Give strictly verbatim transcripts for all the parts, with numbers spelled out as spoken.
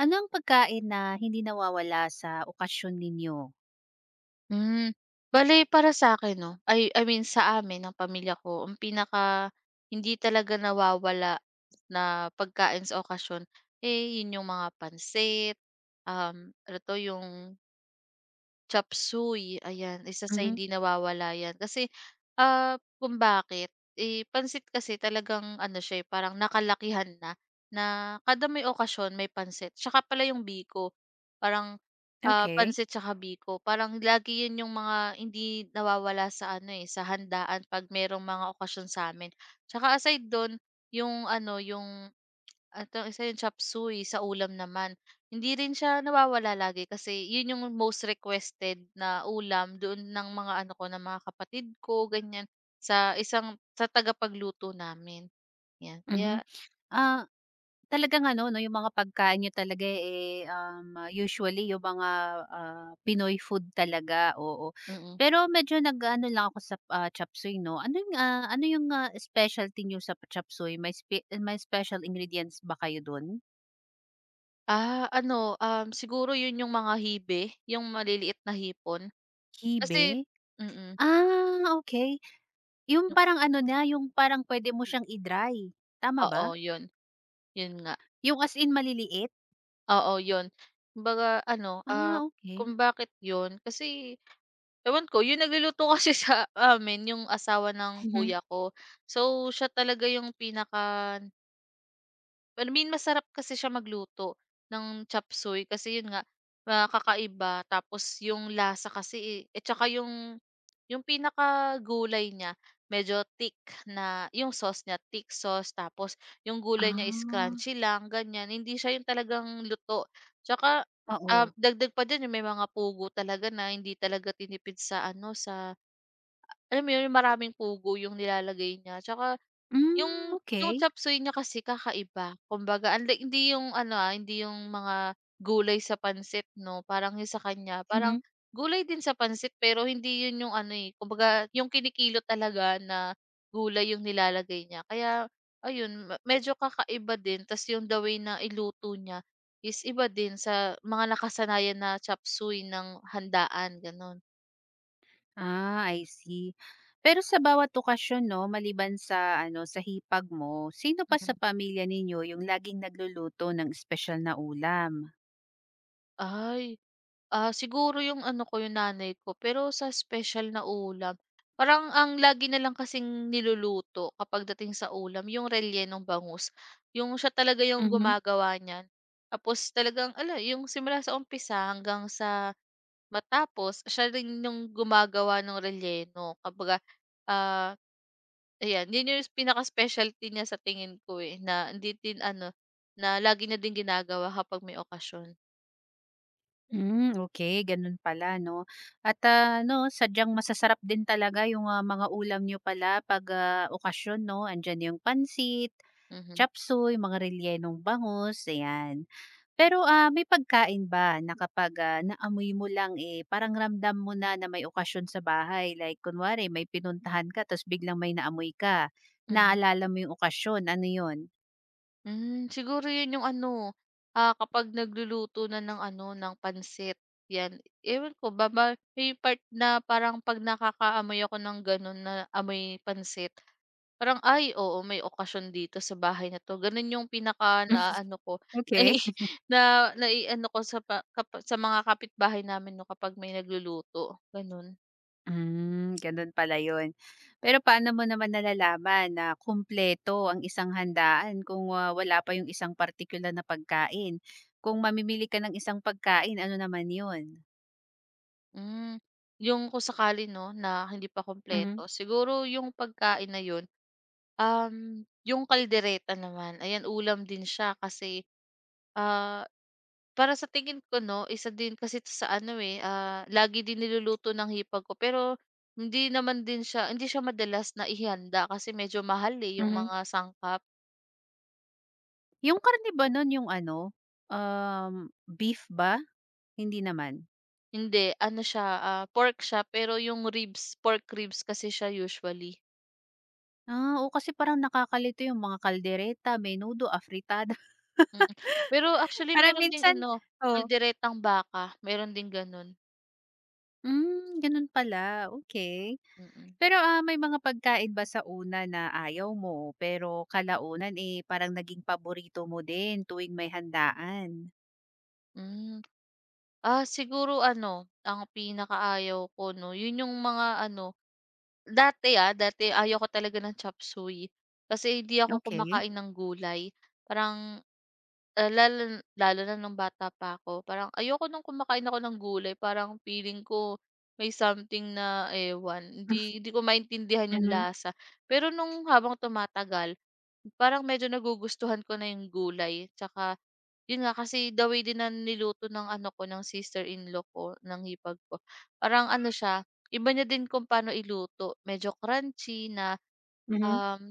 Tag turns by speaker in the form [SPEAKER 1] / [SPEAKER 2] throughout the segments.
[SPEAKER 1] Ano ang pagkain na hindi nawawala sa okasyon ninyo?
[SPEAKER 2] Hmm. Bale para sa'kin 'no, ay I mean sa amin ng pamilya ko, ang pinaka hindi talaga nawawala na pagkain sa okasyon, eh, yun yung mga pansit, um, ano 'to yung chop suey. Ayan, isa sa
[SPEAKER 1] Mhm,
[SPEAKER 2] hindi nawawala yan kasi, ah, kung bakit, eh, pansit kasi talagang ano siya, eh, parang nakalakihan na, na kada may okasyon may pansit tsaka pala yung biko, parang, ah,
[SPEAKER 1] okey.
[SPEAKER 2] pansit tsaka biko parang lagi yun yung mga hindi nawawala sa ano, eh, sa handaan 'pag merong mga okasyon sa'min. Tsaka aside dun yung ano, yung at ang isa yung chop suey sa ulam naman. Hindi rin siya nawawala lagi kasi yun yung most requested na ulam doon ng mga ano ko, ng mga kapatid ko, ganyan. Sa isang sa tagapagluto namin, 'yan.
[SPEAKER 1] Mhm.
[SPEAKER 2] Kaya
[SPEAKER 1] Ah, Talagang ano 'no, yung mga pagkain niyo talaga, eh, um, ah, usually yung mga, ah, Pinoy food talaga, oo.
[SPEAKER 2] mm.
[SPEAKER 1] Pero medyo nag-aano lang ako sa, ah, chopsuey 'no. Ano yung, ah, ano yung, ah, specialty niyo sa chopsuey? May spe may special ingredients ba kayo dun?
[SPEAKER 2] Ah, ano, um, siguro yun yung mga hibe, yung maliliit na hipon. Kasi
[SPEAKER 1] Kibe?
[SPEAKER 2] mm,
[SPEAKER 1] Ah, okay. Yung
[SPEAKER 2] yung
[SPEAKER 1] parang ano na, yung parang pwede mo siyang i-dry, tama
[SPEAKER 2] oo,
[SPEAKER 1] ba?
[SPEAKER 2] yun. Yun nga.
[SPEAKER 1] Yung as in maliliit?
[SPEAKER 2] Oo, yun. Kumbaga ano, ah,
[SPEAKER 1] Ah, okey.
[SPEAKER 2] kung bakit yun, kasi ewan ko, yung nagluluto kasi sa amin yung asawa ng
[SPEAKER 1] Mhm.
[SPEAKER 2] kuya ko. So, siya talaga yung pinaka, I mean masarap kasi siya magluto ng chop suey kasi yun nga, ah, kakaiba tapos yung lasa kasi, eh, at saka yung yung pinaka gulay niya medyo thick na yung sauce niya, thick sauce tapos yung gulay niya is
[SPEAKER 1] Ah,
[SPEAKER 2] crunchy lang, ganyan. Hindi siya yung talagang luto. Tsaka, ah,
[SPEAKER 1] oo.
[SPEAKER 2] dagdag pa dyan yung may mga pugo talaga na hindi talaga tinipid sa ano, sa alam mo 'yun, maraming pugo yung nilalagay niya tsaka
[SPEAKER 1] Hmm,
[SPEAKER 2] yung yung
[SPEAKER 1] okey.
[SPEAKER 2] chopsuey niya kasi kakaiba. Kumbaga unlike hindi yung ano, ah, hindi yung mga gulay sa pansit 'no, parang yung sa kanya parang
[SPEAKER 1] Mhm.
[SPEAKER 2] gulay din sa pansit pero hindi 'yun yung ano, eh, kumbaga yung kinikilo talaga na gulay yung nilalagay niya. Kaya ayun, me medyo kakaiba din ta's yung the way na iluto niya is iba din sa mga nakasanayan na chopsuey ng handaan gano'n.
[SPEAKER 1] Ah, I see. Pero sa bawat okasyon 'no, maliban sa ano, sa hipag mo, sino pa sa
[SPEAKER 2] Mhm.
[SPEAKER 1] pamilya ninyo yung laging nagluluto ng espesyal na ulam?
[SPEAKER 2] Ay. Ah, siguro yung ano ko, yung nanay ko, pero sa special na ulam, parang ang lagi na lang kasing niluluto kapag dating sa ulam, yung rellenong bangus. Yung siya talaga yung
[SPEAKER 1] Mhm.
[SPEAKER 2] gumagawa niyan. Tapos talagang, ala, yung simula sa umpisa hanggang sa matapos, siya rin yung gumagawa ng relleno. Kumbaga, ah, ayan, yun yung pinaka-specialty niya sa tingin ko eh, na hindi din ano, na lagi na din ginagawa kapag may okasyon.
[SPEAKER 1] Hmm, okey, ganun pala 'no. At, ah, 'no, sadyang masasarap din talaga yung, ah, mga ulam niyo pala 'pag, ah, okasyon 'no, andiyan yung pansit
[SPEAKER 2] Mhm.
[SPEAKER 1] chopsuey, mga rellenong bangus, ayan. Pero, ah, may pagkain ba na kapag, ah, naamoy mo lang, eh, parang ramdam mo na na may okasyon sa bahay? Like kunwari may pinuntahan ka tapos biglang may naamoy ka,
[SPEAKER 2] Mhm.
[SPEAKER 1] naalala mo yung okasyon, ano yun?
[SPEAKER 2] Hmm, siguro 'yun yung ano, ah, kapag nagluluto na ng ano, ng pansit 'yan. Ewan ko ba may part na parang 'pag nakakaamoy ako ng gano'n na amoy pansit, parang, "Ay, oo may okasyon dito sa bahay na 'to." Gano'n yung pinaka na ano ko,
[SPEAKER 1] Okay, okey.
[SPEAKER 2] na na na ano ko sa pa kapa sa mga kapitbahay namin 'no kapag may nagluluto, gano'n.
[SPEAKER 1] Hmm, ganun pala yun. Pero paano mo naman nalalaman na kumpleto ang isang handaan kung, ah, wala pa yung isang partikular na pagkain? Kung mamimili ka ng isang pagkain, ano naman yun?
[SPEAKER 2] Hmm, yung kung sakali 'no, na hindi pa
[SPEAKER 1] Mhm,
[SPEAKER 2] kumpleto, siguro yung pagkain na yun, um, yung kaldereta naman, ayan ulam din siya kasi, ah, para sa tingin ko 'no, isa din kasi 'to sa ano, eh, ah, lagi din niluluto ng hipag ko pero hindi naman din siya hindi siya madalas na ihanda kasi medyo mahal, eh, yung
[SPEAKER 1] mhm.
[SPEAKER 2] mga sangkap.
[SPEAKER 1] Yung karne ba nun yung ano, um, beef ba? Hindi naman?
[SPEAKER 2] Hindi ano siya, ah, pork siya pero yung ribs, pork ribs kasi siya usually.
[SPEAKER 1] Ah, oo kasi parang nakakalito yung mga kaldereta, menudo, afritada.
[SPEAKER 2] Mm. Pero actually
[SPEAKER 1] Parang
[SPEAKER 2] meron ding
[SPEAKER 1] minsan
[SPEAKER 2] ano,
[SPEAKER 1] oh.
[SPEAKER 2] kalderetang baka, meron ding gano'n.
[SPEAKER 1] Hmm, ganun pala, okay.
[SPEAKER 2] Mm.
[SPEAKER 1] Pero, ah, may mga pagkain ba sa una na ayaw mo, pero kalaunan, eh, parang naging paborito mo din tuwing may handaan?
[SPEAKER 2] Hmm, ah, siguro ano, ang pinakaayaw ko 'no, yun yung mga ano, dati, ah, dati ayaw ko talaga ng chop suey kasi hindi ako
[SPEAKER 1] Okey.
[SPEAKER 2] kumakain ng gulay. Parang, ah, lalo lalo na nung bata pa ako, parang ayoko nung kumakain ako ng gulay parang feeling ko may something na ewan, hindi hindi ko maintindihan yung
[SPEAKER 1] Mhm,
[SPEAKER 2] lasa. Pero nung habang tumatagal, parang medyo nagugustuhan ko na yung gulay tsaka yun nga kasi the way din na niluto ng ano ko, ng sister-in-law ko, ng hipag ko, parang ano siya, iba niya din kung paano iluto. Medyo crunchy na,
[SPEAKER 1] mhm.
[SPEAKER 2] um,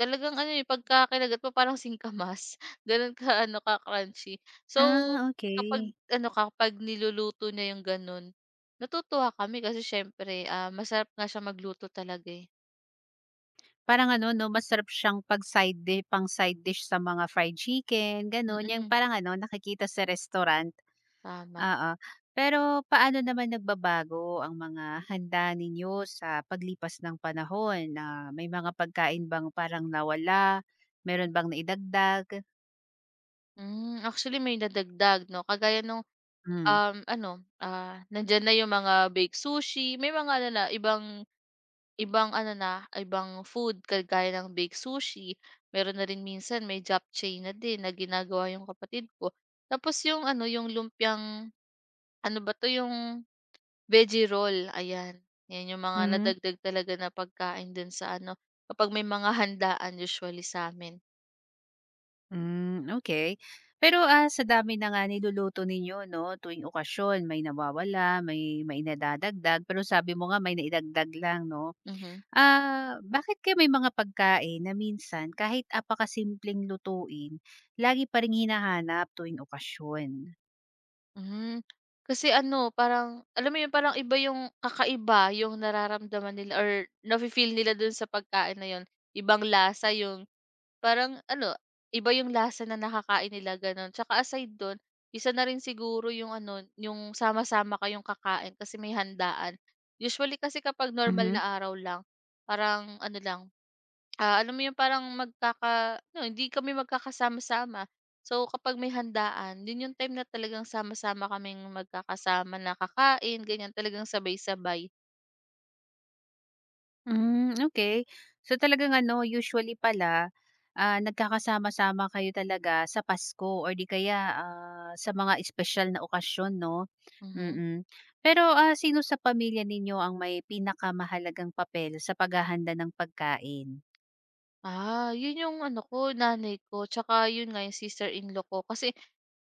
[SPEAKER 2] talagang ano, eh, pagka kinagat mo parang singkamas, gano'n ka-ano, ka-crunchy. So,
[SPEAKER 1] Ah,
[SPEAKER 2] kapag
[SPEAKER 1] okay.
[SPEAKER 2] ano, kapag niluluto niya yung gano'n, natutuwa kami kasi siyempre, ah, masarap nga siya magluto talaga, eh.
[SPEAKER 1] Parang ano 'no, masarap siyang pag side di pang-side dish sa mga fried chicken, gano'n. Yung
[SPEAKER 2] Mm,
[SPEAKER 1] parang ano, nakikita sa restaurant,
[SPEAKER 2] tama.
[SPEAKER 1] oo. Pero paano naman nagbabago ang mga handa ninyo sa paglipas ng panahon na may mga pagkain bang parang nawala, meron bang naidagdag?
[SPEAKER 2] Hmm, actually may nadagdag 'no, kagaya nung,
[SPEAKER 1] Hmm,
[SPEAKER 2] um, ano, ah, nandiyan na yung mga baked sushi, may mga ano na ibang ibang ano na, ibang food kagaya ng baked sushi. Meron na rin minsan may japchae na din na ginagawa yung kapatid ko. Tapos yung ano, yung lumpiang, ano ba 'to, yung veggie roll, ayan. 'Yan yung mga
[SPEAKER 1] mhm.
[SPEAKER 2] nadagdag talaga na pagkain dun sa ano, kapag may mga handaan usually sa'min,
[SPEAKER 1] Hmm, okay. Pero, ah, sa dami na nga niluluto ninyo 'no, tuwing okasyon may nawawala, may may nadadagdag, pero sabi mo nga may naidagdag lang 'no?
[SPEAKER 2] mhm.
[SPEAKER 1] Ah, bakit kaya may mga pagkain na minsan kahit apakasimpleng lutuin, lagi pa ring hinahanap tuwing okasyon?
[SPEAKER 2] Hmm, kasi ano parang alam mo yun parang iba yung kakaiba yung nararamdaman nila or nafi-feel nila dun sa pagkain na yun. Ibang lasa yung parang ano, iba yung lasa na nakakain nila gano'n. Tsaka aside dun, isa na rin siguro yung ano, yung sama-sama kayong kakain kasi may handaan. Usually kasi kapag normal
[SPEAKER 1] Mhm.
[SPEAKER 2] na araw lang, parang ano lang, ah, alam mo yung parang magkaka no, hindi kami magkakasama-sama. So, kapag may handaan, yun yung time na talagang sama-sama kaming magkakasama na kakain, ganyan, talagang sabay-sabay.
[SPEAKER 1] Hmm, okay. So, talagang ano usually pala, ah, nagkakasama-sama kayo talaga sa Pasko or di kaya, ah, sa mga espesyal na okasyon 'no?
[SPEAKER 2] Mhm.
[SPEAKER 1] Mm. Pero, ah, sino sa pamilya ninyo ang may pinakamahalagang papel sa paghahanda ng pagkain?
[SPEAKER 2] Ah, yun yung ano ko, nanay ko, tsaka yun nga yung sister-in-law ko. Kasi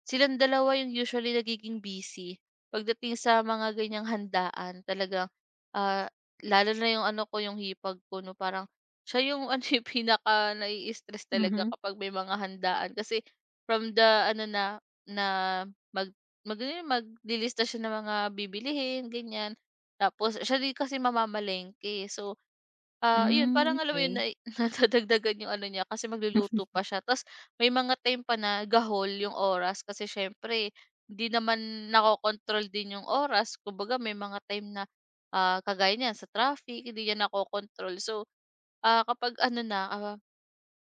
[SPEAKER 2] silang dalawa yung usually nagiging busy pagdating sa mga ganyang handaan talagang, ah, lalo na yung ano ko, yung hipag ko 'no, parang siya yung ano, eh, pinakanai-stress talaga
[SPEAKER 1] Mhm.
[SPEAKER 2] kapag may mga handaan kasi from the ano na na mag mag ano yun, maglilista siya ng mga bibilihin ganyan. Tapos siya din kasi mamamalengke. So, ah, yun
[SPEAKER 1] Hmm,
[SPEAKER 2] parang alam mo yun,
[SPEAKER 1] okay.
[SPEAKER 2] na nadadagdagan yung ano niya kasi magluluto pa siya ta's may mga time pa na gahol yung oras kasi siyempre hindi naman nakokontrol din yung oras. Kumbaga may mga time na, ah, kagaya niyan sa traffic hindi niya nakokontrol. So, ah, kapag ano na, ah,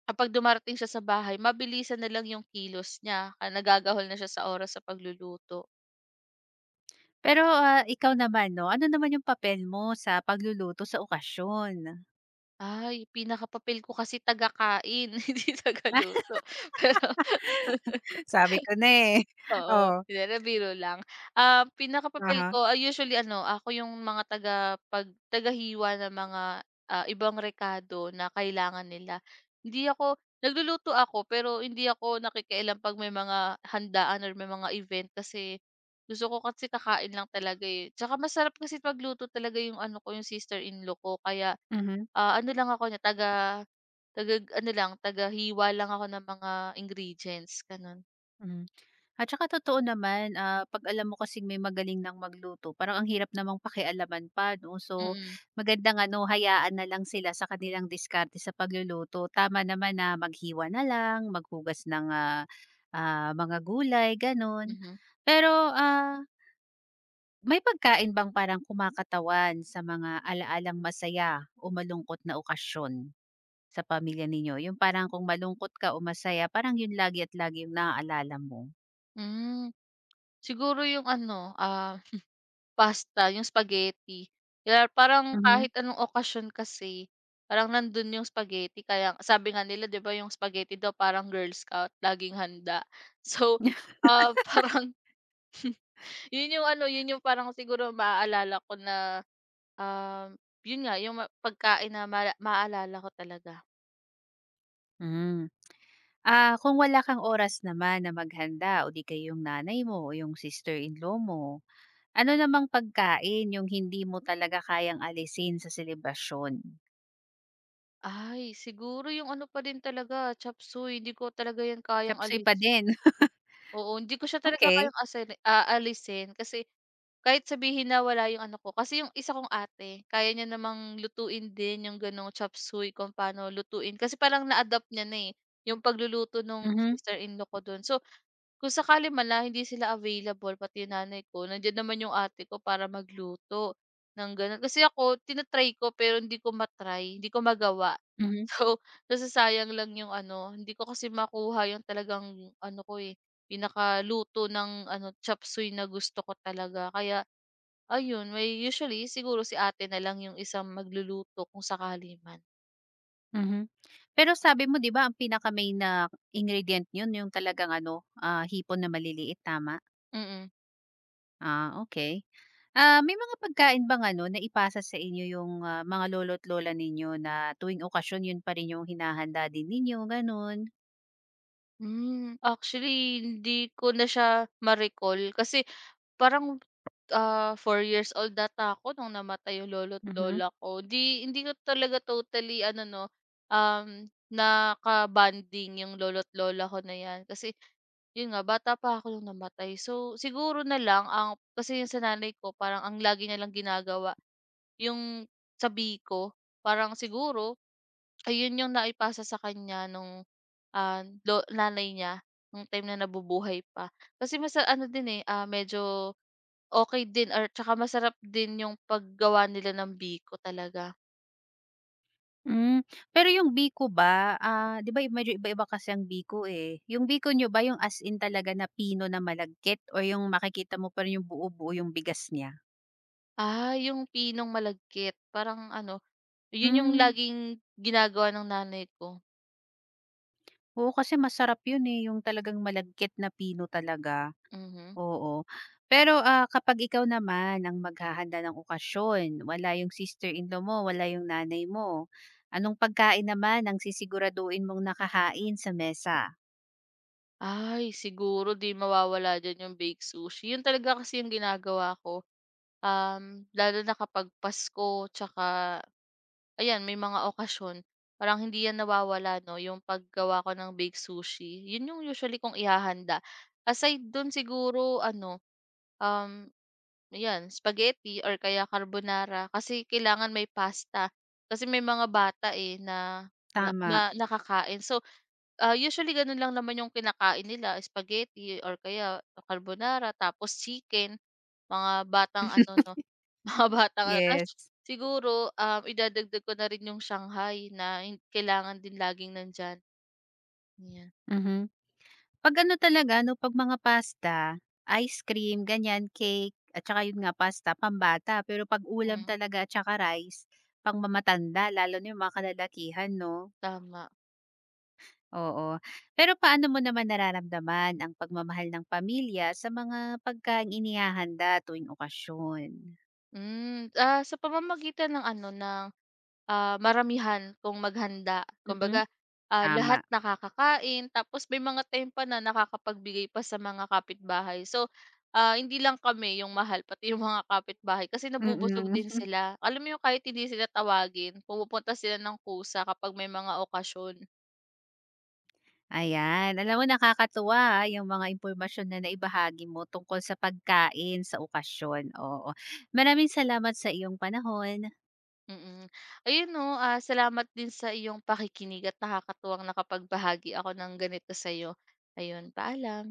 [SPEAKER 2] kapag dumarating siya sa bahay mabilisan na lang yung kilos niya, ah, nagagahol na siya sa oras sa pagluluto.
[SPEAKER 1] Pero, ah, ikaw naman 'no, ano naman yung papel mo sa pagluluto sa okasyon?
[SPEAKER 2] Ay, pinakapapil ko kasi taga-kain hindi tagaluto pero
[SPEAKER 1] Sabi ko na, eh.
[SPEAKER 2] oo,
[SPEAKER 1] Oh,
[SPEAKER 2] hindi na biro lang. Ah,
[SPEAKER 1] aha
[SPEAKER 2] pinakapapel
[SPEAKER 1] huh.
[SPEAKER 2] ko, ah, usually ano, ako yung mga taga pag tagahiwa ng mga, ah, ibang rekado na kailangan nila. Hindi ako nagluluto ako pero hindi ako nakikialam 'pag may mga handaan or may mga event kasi gusto ko kasi kakain lang talaga, eh. Tsaka masarap kasi pagluto talaga yung ano ko, yung sister-in-law ko kaya,
[SPEAKER 1] Mhm,
[SPEAKER 2] ah, ano lang ako niya, taga taga ano lang, taga hiwa lang ako ng mga ingredients, gano'n.
[SPEAKER 1] mhm. At saka totoo naman, ah, 'pag alam mo kasing may magaling ng magluto parang ang hirap namang pakialaman pa 'no.
[SPEAKER 2] Mm,
[SPEAKER 1] So,
[SPEAKER 2] mm,
[SPEAKER 1] magandang ano, hayaan na lang sila sa kanilang diskarte sa pagluluto. Tama naman na maghiwa na lang, maghugas ng, ah, ah, mga gulay gano'n.
[SPEAKER 2] mhm.
[SPEAKER 1] Pero, ah, may pagkain bang parang kumakatawan sa mga alaalang masaya o malungkot na okasyon sa pamilya ninyo? Yung parang kung malungkot ka o masaya, parang yun lagi at lagi yung naaalala mo?
[SPEAKER 2] Hmm, siguro yung ano, ah, pasta, yung spaghetti. Kaya parang
[SPEAKER 1] Mhm.
[SPEAKER 2] kahit anong okasyon kasi, parang nandun yung spaghetti kaya sabi nga nila 'di ba yung spaghetti daw parang Girl Scout, laging handa. So, ah, parang yun yung ano, yun yung parang siguro maaalala ko na, um, yun nga yung ma pagkain na mala maaalala ko talaga.
[SPEAKER 1] Hmm. Ah, kung wala kang oras naman na maghanda o di kaya yung nanay mo o yung sister-in-law mo, ano namang pagkain yung hindi mo talaga kayang alisin sa selebrasyon?
[SPEAKER 2] Ay, siguro yung ano pa din talaga, chopsuey, hindi ko talaga yan kayang
[SPEAKER 1] Chopseuy pa
[SPEAKER 2] alis.
[SPEAKER 1] din,
[SPEAKER 2] Oo, hindi ko siya talaga
[SPEAKER 1] okey.
[SPEAKER 2] kayang asali aalisin kasi kahit sabihin na wala yung ano ko, kasi yung isa kong ate kaya niya namang lutuin din yung gano'ng chop suey kung paano lutuin. Kasi parang na-adapt niya na, eh, yung pagluluto nung
[SPEAKER 1] Mhm,
[SPEAKER 2] sister-in-law ko dun. So, kung sakali man lang hindi sila available, pati yung nanay ko, nandiyan naman yung ate ko para magluto ng gano'n. Kasi ako tinatry ko pero hindi ko matry hindi ko magawa.
[SPEAKER 1] mhm.
[SPEAKER 2] So, nasasayang lang yung ano, hindi ko kasi makuha yung talagang ano ko, eh, pinakaluto ng ano, chop suey na gusto ko talaga. Kaya ayun, may usually siguro si ate na lang yung isang magluluto kung sakali man.
[SPEAKER 1] Mhm. Pero sabi mo 'di ba ang pinaka-main na ingredient yun yung talagang ano, ah, hipon na maliliit, tama?
[SPEAKER 2] Mm.
[SPEAKER 1] Ah, okay. Ah, may mga pagkain bang ano na ipasa sa inyo yung, ah, mga lolo't lola ninyo na tuwing okasyon yun pa rin yung hinahanda din ninyo, gano'n?
[SPEAKER 2] Hmm, actually hindi ko na siya ma-recall kasi parang, ah, four years old data ako nung namatay yung lolo't
[SPEAKER 1] Mhm.
[SPEAKER 2] lola ko. 'Di hindi ko talaga totally ano 'no, um, naka-bonding yung lolo't lola ko na 'yan. Kasi yun nga, bata pa ako nung namatay. So, siguro na lang ang kasi yung sa nanay ko parang ang lagi niya lang ginagawa yung sabi ko parang siguro ayun yung naipasa sa kanya nung, ah, lo nanay niya nung time na nabubuhay pa. Kasi masa ano din, eh, ah, medyo okay din or tsaka masarap din yung paggawa nila ng biko talaga.
[SPEAKER 1] Hmm, pero yung biko ba, ah, 'di ba medyo iba-iba kasi ang biko, eh. Yung biko niyo ba yung as in talaga na pino na malagkit o yung makikita mo pa rin yung buo-buo yung bigas niya?
[SPEAKER 2] Ah, yung pinong malagkit parang ano, yun yung
[SPEAKER 1] Hmm.
[SPEAKER 2] laging ginagawa ng nanay ko,
[SPEAKER 1] Oo, kasi masarap yun, eh, yung talagang malagkit na pino talaga,
[SPEAKER 2] mhm.
[SPEAKER 1] oo. Pero, ah, kapag ikaw naman ang maghahanda ng okasyon, wala yung sister-in-law mo, wala yung nanay mo, anong pagkain naman ang sisiguraduhin mong nakahain sa mesa?
[SPEAKER 2] Ay, siguro 'di mawawala diyan yung baked sushi. Yun talaga kasi yung ginagawa ko. Um, lalo na kapag Pasko tsaka ayan may mga okasyon, parang hindi yan nawawala 'no, yung paggawa ko ng baked sushi. Yun yung usually kong ihahanda. Aside dun siguro ano, um, yan spaghetti or kaya carbonara kasi kailangan may pasta. Kasi may mga bata, eh, na na na
[SPEAKER 1] Tama,
[SPEAKER 2] nakakain. So, ah, usually gano'n lang naman yung kinakain nila, spaghetti or kaya carbonara tapos chicken, mga batang ano 'no, mga batang ano ta's
[SPEAKER 1] yes,
[SPEAKER 2] siguro, um, idadagdag ko na rin yung Shanghai na hin kailangan din laging nandiyan, 'yan.
[SPEAKER 1] mhm. 'Pag ano talaga 'no, 'pag mga pasta, ice cream, ganyan, cake, at saka yun nga pasta, pambata. Pero 'pag ulam
[SPEAKER 2] Mm,
[SPEAKER 1] talaga at saka rice, pang mamatanda lalo na yung mga kalalakihan 'no?
[SPEAKER 2] tama.
[SPEAKER 1] Oo. Pero paano mo naman nararamdaman ang pagmamahal ng pamilya sa mga pagkaing inihahanda tuwing okasyon?
[SPEAKER 2] Hmm, ah, sa pamamagitan ng ano, ng, ah, maramihan kung maghanda.
[SPEAKER 1] Mhm.
[SPEAKER 2] Kumbaga, ah, lahat
[SPEAKER 1] Tama,
[SPEAKER 2] nakakakain tapos may mga time pa na nakakapagbigay pa sa mga kapitbahay. So, ah, hindi lang kami yung mahal pati yung mga kapitbahay kasi nabubusog din
[SPEAKER 1] mm.
[SPEAKER 2] sila. Alam mo yung kahit hindi sila tawagin, pumupunta sila ng kusa kapag may mga okasyon,
[SPEAKER 1] Ayan, alam mo nakakatuwa, ah, yung mga impormasyon na naibahagi mo tungkol sa pagkain sa okasyon, oo. Maraming salamat sa iyong panahon.
[SPEAKER 2] mm. Ayun 'no, ah, salamat din sa iyong pakikinig at nakakatuwang nakapagbahagi ako ng ganito sa iyo, ayun, paalam.